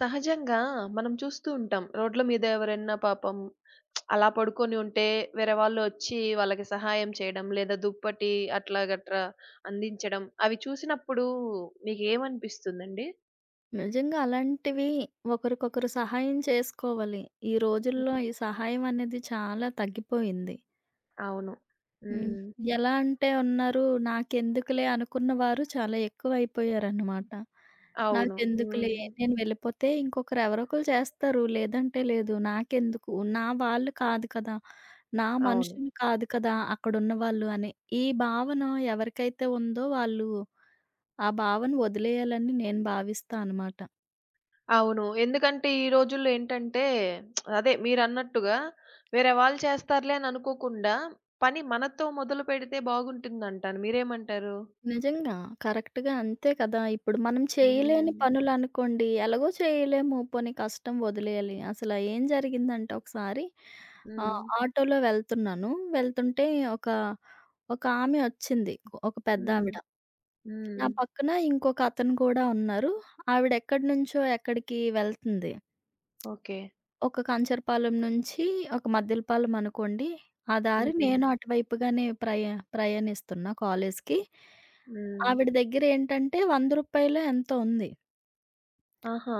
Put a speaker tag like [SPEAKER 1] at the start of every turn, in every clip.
[SPEAKER 1] సహజంగా మనం చూస్తూ ఉంటాం. రోడ్ల మీద ఎవరైనా పాపం అలా పడుకొని ఉంటే వేరే వాళ్ళు వచ్చి వాళ్ళకి సహాయం చేయడం, లేదా దుప్పటి అట్లా గట్రా అందించడం అవి చూసినప్పుడు మీకేమనిపిస్తుందండి?
[SPEAKER 2] నిజంగా అలాంటివి ఒకరికొకరు సహాయం చేసుకోవాలి. ఈ
[SPEAKER 1] హ్మ్.
[SPEAKER 2] రోజుల్లో ఈ సహాయం అనేది చాలా తగ్గిపోయింది.
[SPEAKER 1] అవును.
[SPEAKER 2] హ్మ్. హ్మ్.
[SPEAKER 1] హ్మ్.
[SPEAKER 2] ఎలా అంటే ఉన్నారు, నాకెందుకులే అనుకున్న వారు చాలా ఎక్కువైపోయారన్నమాట.
[SPEAKER 1] అవును.
[SPEAKER 2] నాకెందుకులే
[SPEAKER 1] హ్మ్.
[SPEAKER 2] నేను వెళ్ళిపోతే ఇంకొకరు ఎవరో ఒకళ్ళు చేస్తారు. లేదంటే లేదు. నాకెందుకు నా వాళ్ళు కాదు కదా! నా
[SPEAKER 1] అవును.
[SPEAKER 2] మనుషులు కాదు కదా! అక్కడున్న వాళ్ళు అని. ఈ భావన ఎవరికైతే ఉందో వాళ్ళు ఆ భావన వదిలేయాలని నేను భావిస్తా అనమాట.
[SPEAKER 1] అవును. ఎందుకంటే ఈ రోజుల్లో ఏంటంటే అదే మీరన్నట్టుగా వేరే వాళ్ళు చేస్తారులే అని అనుకోకుండా పని మనతో మొదలుపెడితే బాగుంటుందంటాను. మీరేమంటారు?
[SPEAKER 2] నిజంగా. కరెక్ట్‌గా అంతే కదా! ఇప్పుడు మనం చేయలేని
[SPEAKER 1] హ్మ్.
[SPEAKER 2] పనులనుకోండి, ఎలాగో చేయలేము, పోనీ కష్టం వదిలేయాలి. అసల ఏం జరిగిందంటే ఒకసారి
[SPEAKER 1] హ్మ్.
[SPEAKER 2] ఆటోలో వెళ్తున్నాను. వెళ్తుంటే ఒక ఒక ఆమె వచ్చింది. ఒక
[SPEAKER 1] హ్మ్.
[SPEAKER 2] పెద్దావిడ. నా
[SPEAKER 1] హ్మ్.
[SPEAKER 2] పక్కన ఇంకొక అతను కూడా ఉన్నారు. ఆవిడ ఎక్కడి నుంచో ఎక్కడికి వెళ్తుంది.
[SPEAKER 1] ఓకే.
[SPEAKER 2] ఒక కంచరపాలెం నుంచి ఒక మద్దిలపాలెం అనుకోండి. ఆ దారి
[SPEAKER 1] హ్మ్.
[SPEAKER 2] నేను అటువైపుగానే ప్రయాణిస్తున్నా కాలేజికి.
[SPEAKER 1] హ్మ్.
[SPEAKER 2] ఆవిడ దగ్గరేంటంటే రూ. 100 ఎంతో ఉంది.
[SPEAKER 1] ఆహా!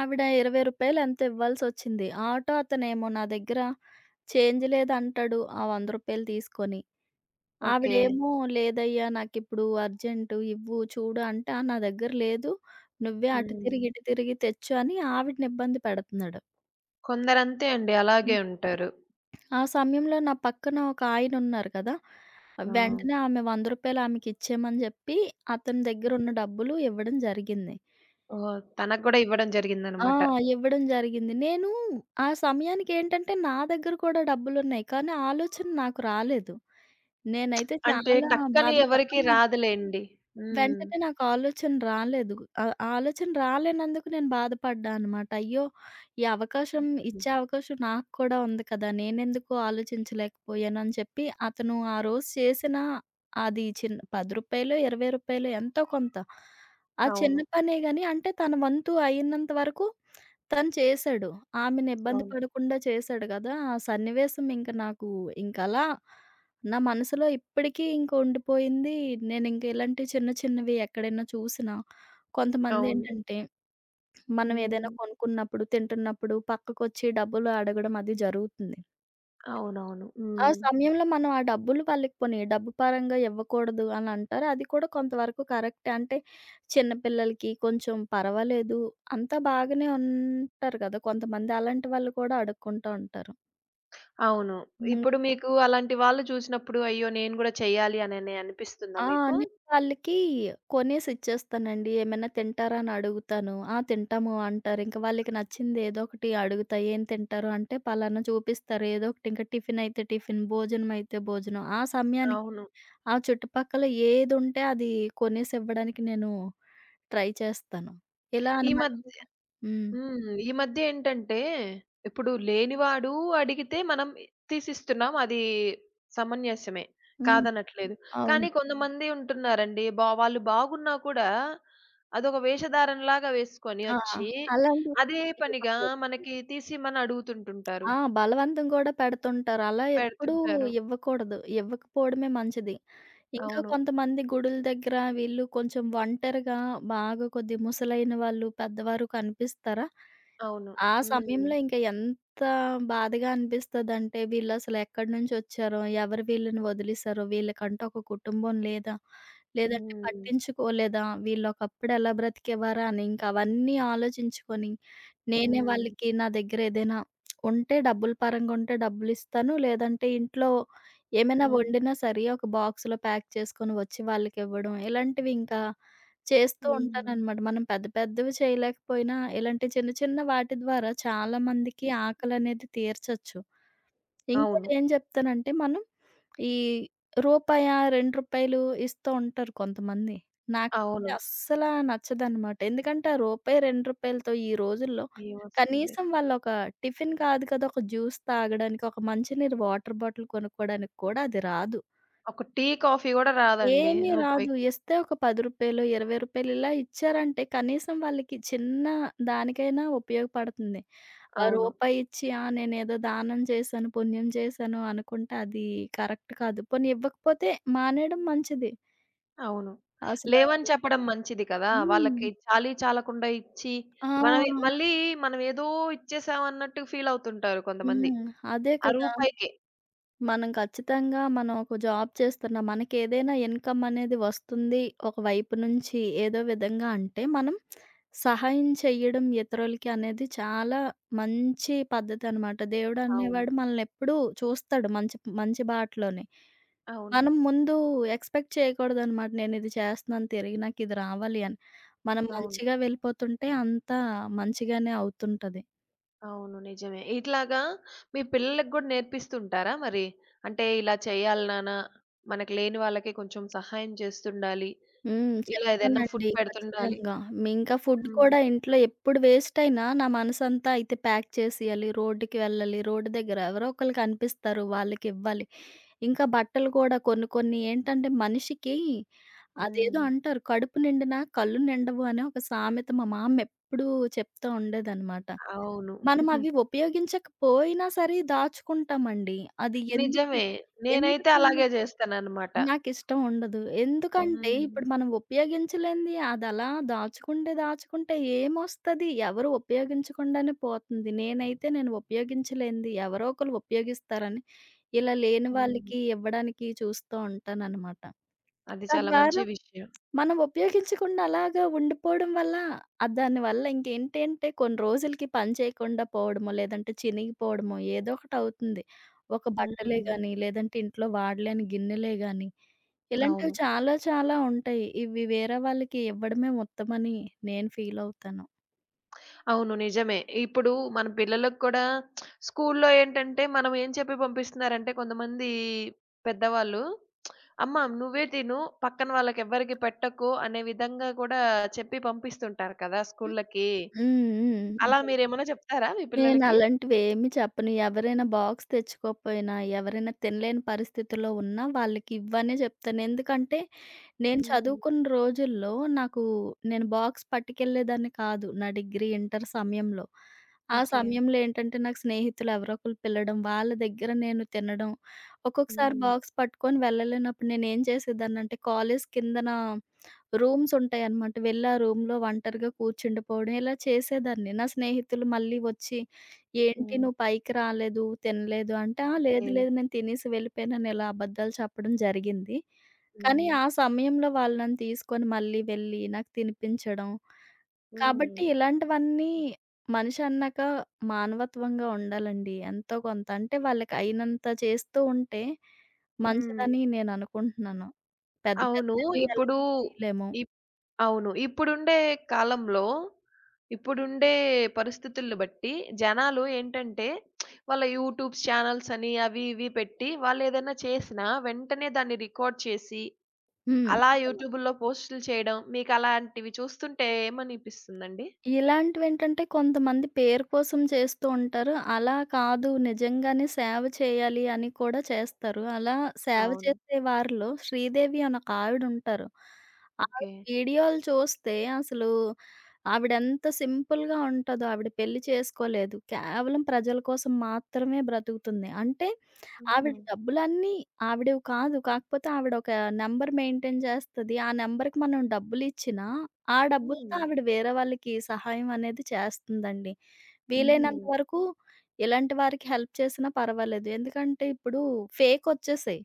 [SPEAKER 2] ఆవిడ రూ. 20 ఎంతో ఇవ్వాల్సొచ్చింది. ఆటో అతనేమో నా దగ్గర చేంజ్ లేదంటాడు ఆ రూ. 100 తీసుకొని.
[SPEAKER 1] ఓకే.
[SPEAKER 2] ఆవిడేమో లేదయ్యా నాకిప్పుడు అర్జెంటు ఇవ్వు చూడు అంటే, "ఆ! నా దగ్గర లేదు. నువ్వే అటు
[SPEAKER 1] హ్మ్.
[SPEAKER 2] తిరిగి, ఇటు తిరిగి తెచ్చు" అని ఆవిడని ఇబ్బంది పెడుతున్నాడు.
[SPEAKER 1] కొందరంతే అండి.
[SPEAKER 2] ఉమ్.
[SPEAKER 1] అలాగే ఉంటారు.
[SPEAKER 2] ఆ సమయంలో నా పక్కన ఒక ఆయనున్నారు కదా!
[SPEAKER 1] ఆ!
[SPEAKER 2] వెంటనే ఆమె రూ. 100 ఆమెకిచ్చేయమని జెప్పి, అతని దగ్గరున్న డబ్బులు ఇవ్వడం జరిగింది.
[SPEAKER 1] ఓహ్! తనకు గూడా ఇవ్వడం
[SPEAKER 2] ఆ!
[SPEAKER 1] జరిగిందనమాట.
[SPEAKER 2] ఇవ్వడం జరిగింది. నేను ఆ సమయానికేంటంటే, నా దగ్గర కూడా డబ్బులున్నాయి. కానీ ఆలోచన నాకు రాలేదు. నేనైతే
[SPEAKER 1] అంటే
[SPEAKER 2] చాలా
[SPEAKER 1] టక్కని
[SPEAKER 2] బాధప
[SPEAKER 1] ఎవరికీ
[SPEAKER 2] ఆ!
[SPEAKER 1] రాదులేండి. హ్మ్.
[SPEAKER 2] వెంటనే నాకు ఆలోచన రాలేదు. ఆ ఆలోచన రాలేనందుకు నేను బాధపడ్డా అనమాట. అయ్యో! ఈ అవకాశం,
[SPEAKER 1] హ్మ్.
[SPEAKER 2] ఇచ్చే అవకాశం నాకు కూడా ఉంది కదా! నేనెందుకు ఆలోచించలేకపోయానని చెప్పి, అతను ఆ రోజు చేసిన అది చిన్న రూ. 10 రూ. 20 ఎంతో కొంత. ఆ చిన్న
[SPEAKER 1] అవును.
[SPEAKER 2] పనే గాని, అంటే తన వంతు అయినంత వరకు తను చేశాడు. ఆమెని ఇబ్బంది
[SPEAKER 1] అవును.
[SPEAKER 2] పడకుండా చేశాడు గదా! ఆ సన్నివేశం ఇంక నాకు ఇంకలా నా మనసులో ఇప్పటికీ ఇంక ఉండిపోయింది. నేనింక ఇలాంటి చిన్న చిన్నవి ఎక్కడైనా చూసినా
[SPEAKER 1] అవును.
[SPEAKER 2] కొంతమందేంటంటే, మనం ఏదైనా
[SPEAKER 1] హ్మ్.
[SPEAKER 2] కొనుక్కున్నప్పుడు, తింటున్నప్పుడు పక్కకొచ్చి డబ్బులు అడగడం అది జరుగుతుంది.
[SPEAKER 1] అవునవును.
[SPEAKER 2] ఆ
[SPEAKER 1] హ్మ్.
[SPEAKER 2] సమయంలో మనం ఆ డబ్బులు వాళ్ళకి పోనీ డబ్బు పరంగా ఇవ్వకూడదు అని అంటారు. అది కూడా కొంతవరకు కరెక్టే. అంటే చిన్న పిల్లలకి కొంచెం పర్వాలేదు. అంతా బాగానే ఉంటారు కదా! కొంతమంది అలాంటి వాళ్ళు కూడా అడుక్కుంటూ ఉంటారు.
[SPEAKER 1] అవును.
[SPEAKER 2] హ్మ్.
[SPEAKER 1] ఇప్పుడు మీకు అలాంటి వాళ్ళు చూసినప్పుడు అయ్యో! నేను గూడా చెయ్యాలి అనని అనిపిస్తుందా
[SPEAKER 2] ఆ!
[SPEAKER 1] మీకు?
[SPEAKER 2] నేను వాళ్ళకి కొనేసి ఇచ్చేస్తానండి. ఏమైనా తింటారా అని అడుగుతాను. ఆ! తింటాము అంటారు. ఇంక వాళ్ళకి నచ్చింది ఏదో ఒకటి అడుగుతా. ఏం తింటారు అంటే పలానా చూపిస్తారు. ఏదో ఒకటి ఇంకా టిఫిన్ అయితే టిఫిన్, భోజనం అయితే భోజనం. ఆ సమయానికి
[SPEAKER 1] అవును.
[SPEAKER 2] ఆ చుట్టుపక్కల ఏదుంటే అది కొనేసి ఇవ్వడానికి నేను ట్రై చేస్తాను. ఇలా
[SPEAKER 1] ఈ
[SPEAKER 2] అనమాట
[SPEAKER 1] మధ్
[SPEAKER 2] ఇంకా. హ్మ్.
[SPEAKER 1] హ్మ్. ఈ మధ్య ఏంటంటే, ఇప్పుడు లేనివాడు అడిగితే మనం తీసిస్తున్నాం. అది సమంజసమే.
[SPEAKER 2] హ్మ్.
[SPEAKER 1] కాదనట్లేదు.
[SPEAKER 2] అవును.
[SPEAKER 1] కానీ కొంతమంది ఉంటున్నారండి. బా వాళ్ళు బాగున్నా కూడా అదొక వేషధారణలాగా వేసుకొని
[SPEAKER 2] ఆ!
[SPEAKER 1] వచ్చి,
[SPEAKER 2] అలాంటి
[SPEAKER 1] అదే పనిగా
[SPEAKER 2] ఇవ్వకూడదు.
[SPEAKER 1] మనకి తీసిమని అడుగుతుంటుంటారు.
[SPEAKER 2] ఆ! బలవంతం కూడా పెడుతుంటారు. అలా ఎప్పుడూ
[SPEAKER 1] పెడుతుంటారు.
[SPEAKER 2] ఇవ్వకూడదు. ఇవ్వకపోవడమే మంచిది. ఇంకా
[SPEAKER 1] అవును.
[SPEAKER 2] కొంతమంది గుడుల దగ్గర వీళ్ళు కొంచెం ఒంటరిగా బాగా కొద్దిగా ముసలైన వాళ్ళు, పెద్దవారు కనిపిస్తారా?
[SPEAKER 1] అవును.
[SPEAKER 2] ఆ
[SPEAKER 1] హ్మ్.
[SPEAKER 2] సమయంలో ఇంక ఎంత బాధగా అనిపిస్తదంటే, వీళ్ళసలు ఎక్కడి నుంచొచ్చారో, ఎవరు వీళ్ళని వదిలేసారో, వీళ్ళకంటూ ఒక కుటుంబం లేదా, లేదంటే
[SPEAKER 1] హ్మ్.
[SPEAKER 2] పట్టించుకోలేదా, వీళ్ళొకప్పుడు ఎలా బ్రతికేవారా అని ఇంక అవన్నీ ఆలోచించుకొని, నేనే
[SPEAKER 1] హ్మ్.
[SPEAKER 2] వాళ్ళకి నా దగ్గర ఏదైనా ఉంటే డబ్బుల పరంగా ఉంటే డబ్బులిస్తాను. లేదంటే ఇంట్లో ఏమైనా
[SPEAKER 1] హ్మ్.
[SPEAKER 2] వండినా సరే ఒక బాక్స్‌లో ప్యాక్ చేసుకొని వచ్చి వాళ్ళకివ్వడం. ఇలాంటివి ఇంకా చేస్తూ
[SPEAKER 1] హ్మ్.
[SPEAKER 2] ఉంటాననమాట. మనం పెద్ద పెద్దవి చేయలేకపోయినా, ఇలాంటి చిన్న చిన్న వాటి ద్వారా చాలా మందికి ఆకలనేది తీర్చొచ్చు. ఇంకోటి
[SPEAKER 1] అవును.
[SPEAKER 2] ఏం చెప్తానంటే మనం ఈ రూపాయ, రూ. 2 ఇస్తూ ఉంటారు కొంతమంది. నాకైతే
[SPEAKER 1] అవును.
[SPEAKER 2] అస్సలా నచ్చదనమాట. ఎందుకంటే ఆ రూపాయి, రూ. 2తో ఈ రోజుల్లో
[SPEAKER 1] ఏమొస్తుంది?
[SPEAKER 2] కనీసం వాళ్ళొక టిఫిన్ కాదు కదా! ఒక జ్యూస్ తాగడానికి, ఒక మంచినీరు వాటర్ బాటిల్ కొనుక్కోవడానికి కూడా అది రాదు.
[SPEAKER 1] ఒక టీ, కాఫీ గూడా రాదండి
[SPEAKER 2] ఏమీ రాదు.
[SPEAKER 1] రూపాయికి.
[SPEAKER 2] ఇస్తే ఒక రూ. 10, రూ. 20 ఇలా ఇచ్చారంటే కనీసం వాళ్ళకి చిన్న దానికైనా ఉపయోగపడుతుంది. ఆ
[SPEAKER 1] అవును.
[SPEAKER 2] రూపాయి ఇచ్చి ఆ! నేనేదో దానం చేశాను, పుణ్యం చేశాను అనుకుంటే అది కరెక్ట్ కాదు. పోనీ ఇవ్వకపోతే మానేయడం మంచిది.
[SPEAKER 1] అవును.
[SPEAKER 2] అసలా
[SPEAKER 1] లేవని చెప్పడం మంచిది కదా!
[SPEAKER 2] హ్మ్.
[SPEAKER 1] వాళ్ళకి చాలీ చాలకుండా ఇచ్చి, మనమే
[SPEAKER 2] ఆ!
[SPEAKER 1] మళ్ళీ మనమేదో ఇచ్చేసాం అన్నట్టు ఫీల్ అవుతుంటారు కొంతమంది.
[SPEAKER 2] హ్మ్. అదే
[SPEAKER 1] ఆ
[SPEAKER 2] కదా!
[SPEAKER 1] రూపాయికే.
[SPEAKER 2] మనం ఖచ్చితంగా మనం ఒక జాబ్ చేస్తున్నాం. మనకేదైనా ఇన్‌కమ్ అనేది వస్తుంది ఒక వైపు నుంచి ఏదో విధంగా అంటే మనం సహాయం చెయ్యడం ఇతరులకి అనేది చాలా మంచి పద్ధతనమాట.
[SPEAKER 1] అవును.
[SPEAKER 2] దేవుడనేవాడు మనల్నెప్పుడూ చూస్తాడు మంచి మంచి బాటలోనే.
[SPEAKER 1] అవును.
[SPEAKER 2] మనం ముందు ఎక్స్‌పెక్ట్ చేయకూడదనమాట. నేనిది చేస్తున్నాను తిరిగి నాకిది రావాలి అని. మనం
[SPEAKER 1] అవును.
[SPEAKER 2] మంచిగా వెళ్ళిపోతుంటే అంతా మంచిగానే అవుతుంటది.
[SPEAKER 1] అవును. నిజమే. ఇట్లాగా మీ పిల్లలకి గూడా నేర్పిస్తుంటారా మరి? అంటే ఇలా చేయాలి నాన్న, మనకు లేని వాళ్ళకి కొంచెం సహాయం చేస్తుండాలి.
[SPEAKER 2] హ్మ్.
[SPEAKER 1] ఇలా ఏదైనా ఫుడ్
[SPEAKER 2] చెప్తానండి
[SPEAKER 1] పెడుతుండాలి.
[SPEAKER 2] ఖచ్చితంగా. మీ ఇంకా ఫుడ్
[SPEAKER 1] హ్మ్.
[SPEAKER 2] కూడా ఇంట్లో ఎప్పుడు వేస్టయినా నా మనసంతా అయితే ప్యాక్ చేసేయాలి. రోడ్డుకి వెళ్ళాలి. రోడ్డు దగ్గర ఎవరో ఒకళ్ళు కనిపిస్తారు వాళ్ళకివ్వాలి. ఇంకా బట్టలు కూడా కొన్ని కొన్ని ఏంటంటే మనిషికి అదేదో
[SPEAKER 1] హ్మ్.
[SPEAKER 2] అంటారు కడుపు నిండినా కళ్ళు నిండవు అని ఒక సామెత మా మామ ఎప్పుడూ చెప్తా ఉండేదనమాట.
[SPEAKER 1] అవును.
[SPEAKER 2] మనం హ్మ్. అవి ఉపయోగించకపోయినా సరే దాచుకుంటామండి. అది ఎందుకు
[SPEAKER 1] నిజమే. నేనైతే
[SPEAKER 2] ఎందుకు
[SPEAKER 1] అలాగే జేస్తానన్నమాట.
[SPEAKER 2] నాకిష్టం ఉండదు. ఎందుకంటే
[SPEAKER 1] హ్మ్.
[SPEAKER 2] ఇప్పుడు మనం ఉపయోగించలేనిది అదలా దాచుకుంటే దాచుకుంటే ఏమొస్తది? ఎవరు ఉపయోగించకుండానే పోతుంది. నేనైతే నేను ఉపయోగించలేనిది ఎవరో ఒకళ్ళు ఉపయోగిస్తారని ఇలా లేని
[SPEAKER 1] హ్మ్.
[SPEAKER 2] వాళ్ళకి ఇవ్వడానికి చూస్తూ ఉంటాననమాట.
[SPEAKER 1] అది చాలా మంచి
[SPEAKER 2] తద్వారా
[SPEAKER 1] విషయం.
[SPEAKER 2] మనం ఉపయోగించకుండా అలాగా ఉండిపోవడం వల్ల దానివల్ల ఇంకేంటంటే కొన్ని రోజులకి పని చేయకుండా పోవడమో, లేదంటే చినిగిపోవడమో ఏదో ఒకటవుతుంది. ఒక బట్టలే
[SPEAKER 1] హ్మ్.
[SPEAKER 2] గానీ, లేదంటే ఇంట్లో వాడలేని గిన్నెలే గానీ,
[SPEAKER 1] అవును.
[SPEAKER 2] ఇలాంటివి చాలా చాలా ఉంటాయి. ఇవి వేరే వాళ్ళకి ఇవ్వడమే ఉత్తమని నేను ఫీలవుతాను.
[SPEAKER 1] అవును. నిజమే. ఇప్పుడు మన పిల్లలకు కూడా స్కూల్లో ఏంటంటే మనం ఏం చెప్పి పంపిస్తున్నారంటే కొంతమంది పెద్దవాళ్ళు "అమ్మ నువ్వే తిను, పక్కన వాళ్ళకెవ్వరికీ పెట్టకు" అనే విధంగా కూడా చెప్పి పంపిస్తుంటారు కదా
[SPEAKER 2] హ్మ్.
[SPEAKER 1] స్కూల్లకి.
[SPEAKER 2] హ్మ్.
[SPEAKER 1] అలా
[SPEAKER 2] హ్మ్.
[SPEAKER 1] మీరేమన్నా చెప్తారా మీ పిల్లలకి?
[SPEAKER 2] నేనలాంటివేమి చెప్పను. ఎవరైనా బాక్స్ తెచ్చుకోకపోయినా, ఎవరైనా తినలేని పరిస్థితిలో ఉన్నా వాళ్ళకివ్వనే చెప్తాను. ఎందుకంటే, నేను
[SPEAKER 1] హ్మ్.
[SPEAKER 2] చదువుకున్న రోజుల్లో నాకు నేను బాక్స్ పట్టుకెళ్ళేదాన్ని కాదు. నా డిగ్రీ, ఇంటర్ సమయంలో. ఆ
[SPEAKER 1] ఓకే.
[SPEAKER 2] సమయంలో ఏంటంటే, నాకు స్నేహితులు ఎవరో ఒకళ్ళు పిలడం, వాళ్ళ దగ్గర నేను తినడం. ఒక్కొక్కసారి
[SPEAKER 1] హ్మ్.
[SPEAKER 2] బాక్స్ పట్టుకొని వెళ్ళలేనప్పుడు నేనేం చేసేదాన్నంటే, కాలేజ్ కిందన రూమ్సుంటాయనమాట. వెళ్ళి ఆ రూమ్‌లో ఒంటరిగా కూర్చుండిపోవడం ఇలా చేసేదాన్ని. నా స్నేహితులు మళ్ళీ వచ్చి, "ఏంటి
[SPEAKER 1] హ్మ్.
[SPEAKER 2] నువ్వు పైకి రాలేదు, తినలేదు" అంటే, "ఆ! లేదు,
[SPEAKER 1] లేదు.
[SPEAKER 2] లేదు నేను తినేసి వెళ్ళిపోయానని" ఇలా అబద్ధాలు చెప్పడం జరిగింది. కానీ
[SPEAKER 1] హ్మ్.
[SPEAKER 2] ఆ సమయంలో వాళ్ళు నన్ను తీసుకొని మళ్ళీ వెళ్ళి నాకు తినిపించడం.
[SPEAKER 1] హ్మ్.
[SPEAKER 2] కాబట్టి ఇలాంటివన్నీ మనిషి అన్నాక మానవత్వంగా ఉండాలండి ఎంతో కొంత. అంటే వాళ్ళకి అయినంత చేస్తూ ఉంటే
[SPEAKER 1] హ్మ్.
[SPEAKER 2] మంచిదని నేను అనుకుంటున్నాను. పెద్ద
[SPEAKER 1] అవును.
[SPEAKER 2] పెద్దవి అలా
[SPEAKER 1] ఇప్పుడు
[SPEAKER 2] చేయలేము.
[SPEAKER 1] ఇప్ అవును. ఇప్పుడుండే కాలంలో, ఇప్పుడుండే పరిస్థితుల్ని బట్టి జనాలు ఏంటంటే, వాళ్ళ యూట్యూబ్స్ ఛానల్స్ అని అవి ఇవి పెట్టి వాళ్ళేదైనా చేసినా వెంటనే దాన్ని రికార్డ్ చేసి,
[SPEAKER 2] హ్మ్.
[SPEAKER 1] అలా యూట్యూబుల్లో పోస్టులు చేయడం మీకలాంటివి చూస్తుంటే ఏమనిపిస్తుందండి?
[SPEAKER 2] ఇలాంటివేంటంటే కొంతమంది పేరు కోసం చేస్తూ ఉంటారు. అలా కాదు నిజంగానే సేవ చేయాలి అని కూడా చేస్తారు. అలా సేవ
[SPEAKER 1] అవును.
[SPEAKER 2] చేసే వారిలో శ్రీదేవి అని ఒక ఆవిడుంటారు. ఆవిడ ఉంటారు. ఆ
[SPEAKER 1] ఓకే.
[SPEAKER 2] వీడియోలు చూస్తే అసలు ఆవిడెంత సింపుల్‌గా ఉంటదో ఆవిడ పెళ్లి చేసుకోలేదు. కేవలం ప్రజల కోసం మాత్రమే బ్రతుకుతుంది. అంటే
[SPEAKER 1] హుహు.
[SPEAKER 2] ఆవిడ డబ్బులన్నీ ఆవిడవి కాదు. కాకపోతే ఆవిడ ఒక నంబర్ మెయింటైన్ చేస్తది. ఆ నంబర్‌కి మనం డబ్బులిచ్చినా, ఆ డబ్బులతో
[SPEAKER 1] హ్మ్.
[SPEAKER 2] ఆవిడ వేరే వాళ్ళకి సహాయం అనేది చేస్తుందండి. హుహు.
[SPEAKER 1] హుహు.
[SPEAKER 2] వీలైనంత వరకు ఇలాంటి వారికి హెల్ప్ చేసినా పర్వాలేదు. ఎందుకంటే ఇప్పుడు ఫేకొచ్చేసాయి.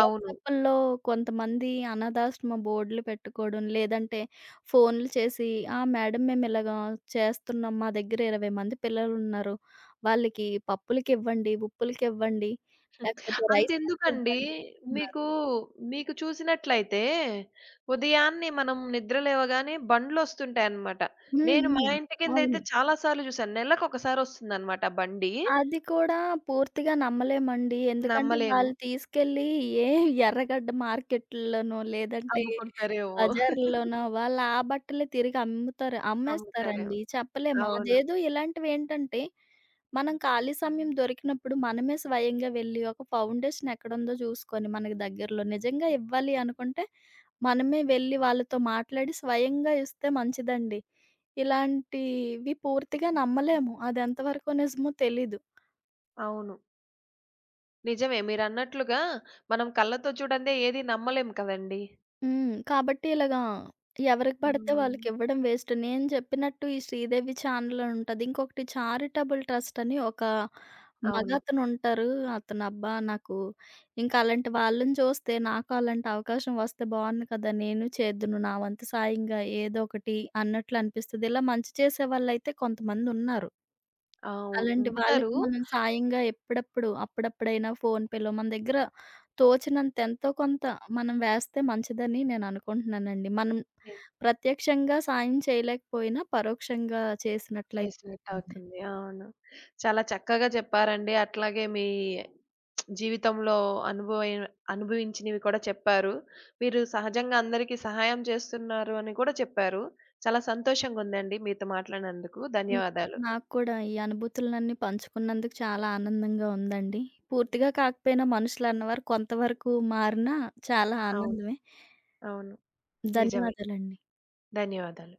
[SPEAKER 1] అవును.
[SPEAKER 2] కొంతమంది అనాథాశ్రమ బోర్డులు పెట్టుకోవడం, లేదంటే ఫోన్‌లు చేసి, "ఆ! మేడం మేము ఇలాగా చేస్తున్నాం. మా దగ్గర 20 మంది పిల్లలున్నారు. వాళ్ళకి పప్పులకివ్వండి, ఉప్పులకివ్వండి,
[SPEAKER 1] హ్మ్.
[SPEAKER 2] లేకపోతే రైస్
[SPEAKER 1] అంతెందుకండి.
[SPEAKER 2] బ్యాగ్‌కివ్వండి" అంటున్నారు.
[SPEAKER 1] మీకు, మీకు చూసినట్లయితే ఉదయాన్నే మనం నిద్ర లేవగానే బండ్లొస్తుంటాయన్నమాట.
[SPEAKER 2] హ్మ్.
[SPEAKER 1] నేను మా
[SPEAKER 2] హ్మ్.
[SPEAKER 1] ఇంటి
[SPEAKER 2] అవును.
[SPEAKER 1] కిందయితే చాలా సార్లు చూసాను. నెలకొకసారొస్తుందన్నమాట బండి.
[SPEAKER 2] అది కూడా పూర్తిగా నమ్మలేమండి. ఎందుకంటే
[SPEAKER 1] నమ్మలేము.
[SPEAKER 2] వాళ్ళు తీసుకెళ్ళి ఏ ఎర్రగడ్డ మార్కెట్‌ల్లోనో, లేదంటే
[SPEAKER 1] అమ్ముకుంటారేమో.
[SPEAKER 2] బజార్‌ల్లోనో వాళ్ళు ఆ బట్టలే తిరిగి అమ్ముతారు
[SPEAKER 1] అమ్ముతారేమో.
[SPEAKER 2] అమ్మేస్తారండి. చెప్పలేము.
[SPEAKER 1] అవును.
[SPEAKER 2] అదేదో ఇలాంటివేంటంటే, మనం ఖాళీ సమయం దొరికినప్పుడు మనమే స్వయంగా వెళ్లి ఒక ఫౌండేషన్ ఎక్కడుందో చూసుకొని మనకి దగ్గరలో నిజంగా ఇవ్వాలి అనుకుంటే, మనమే వెళ్లి వాళ్ళతో మాట్లాడి స్వయంగా ఇస్తే మంచిదండి. ఇలాంటివి పూర్తిగా నమ్మలేము. అది ఎంతవరకు నిజమో తెలీదు.
[SPEAKER 1] అవును. నిజమే మీరన్నట్లుగా మనం కళ్ళతో చూడందే ఏది నమ్మలేం కదండీ!
[SPEAKER 2] హ్మ్. కాబట్టి ఇలాగా ఎవరికి పడితే
[SPEAKER 1] హ్మ్.
[SPEAKER 2] వాళ్ళకివ్వడం వేస్ట్. నేను చెప్పినట్టు ఈ శ్రీదేవి ఛానెల్ ఉంటది. ఇంకొకటి చారిటబుల్ ట్రస్ట్ అని ఒక
[SPEAKER 1] అవును.
[SPEAKER 2] మగతనుంటారు. అతను అబ్బా! నాకు ఇంకా అలాంటి వాళ్ళని చూస్తే నాకు అలాంటి అవకాశం వస్తే బావుండు కదా! నేను చేద్దును నా వంతు సాయంగా ఏదో ఒకటి అన్నట్లు అనిపిస్తది. ఇలా మంచి చేసేవాళ్ళైతే కొంతమందున్నారు.
[SPEAKER 1] అవును.
[SPEAKER 2] అలాంటి
[SPEAKER 1] ఉంటారు.
[SPEAKER 2] వాళ్ళకి మనం సాయంగా ఎప్పుడప్పుడు, అప్పుడప్పుడైనా ఫోన్‌పేలో మన దగ్గర తోచినంత ఎంతో కొంత మనం వేస్తే మంచిదని నేననుకుంటున్నానండి. మనం
[SPEAKER 1] ని
[SPEAKER 2] ప్రత్యక్షంగా సాయం చేయలేకపోయినా పరోక్షంగా చేసినట్లయితే ఉంటుంది.
[SPEAKER 1] చేసినట్టవుతుంది. అవును. చాలా చక్కగా చెప్పారండి. అట్లాగే మీ జీవితంలో అనుభవైన అనుభవించినవి కూడా చెప్పారు. మీరు సహజంగా అందరికీ సహాయం చేస్తున్నారు అని కూడా చెప్పారు. చాలా సంతోషంగుందండి మీతో మాట్లాడినందుకు.
[SPEAKER 2] హ్మ్.
[SPEAKER 1] ధన్యవాదాలు.
[SPEAKER 2] నాకు కూడా ఈ అనుభూతులన్నీ పంచుకున్నందుకు చాలా ఆనందంగా ఉందండి. పూర్తిగా కాకపోయినా మనుషులన్నవారు కొంతవరకు మారినా చాలా
[SPEAKER 1] అవును.
[SPEAKER 2] ఆనందమే.
[SPEAKER 1] అవును. నిజమే.
[SPEAKER 2] ధన్యవాదాలండి.
[SPEAKER 1] ధన్యవాదాలు.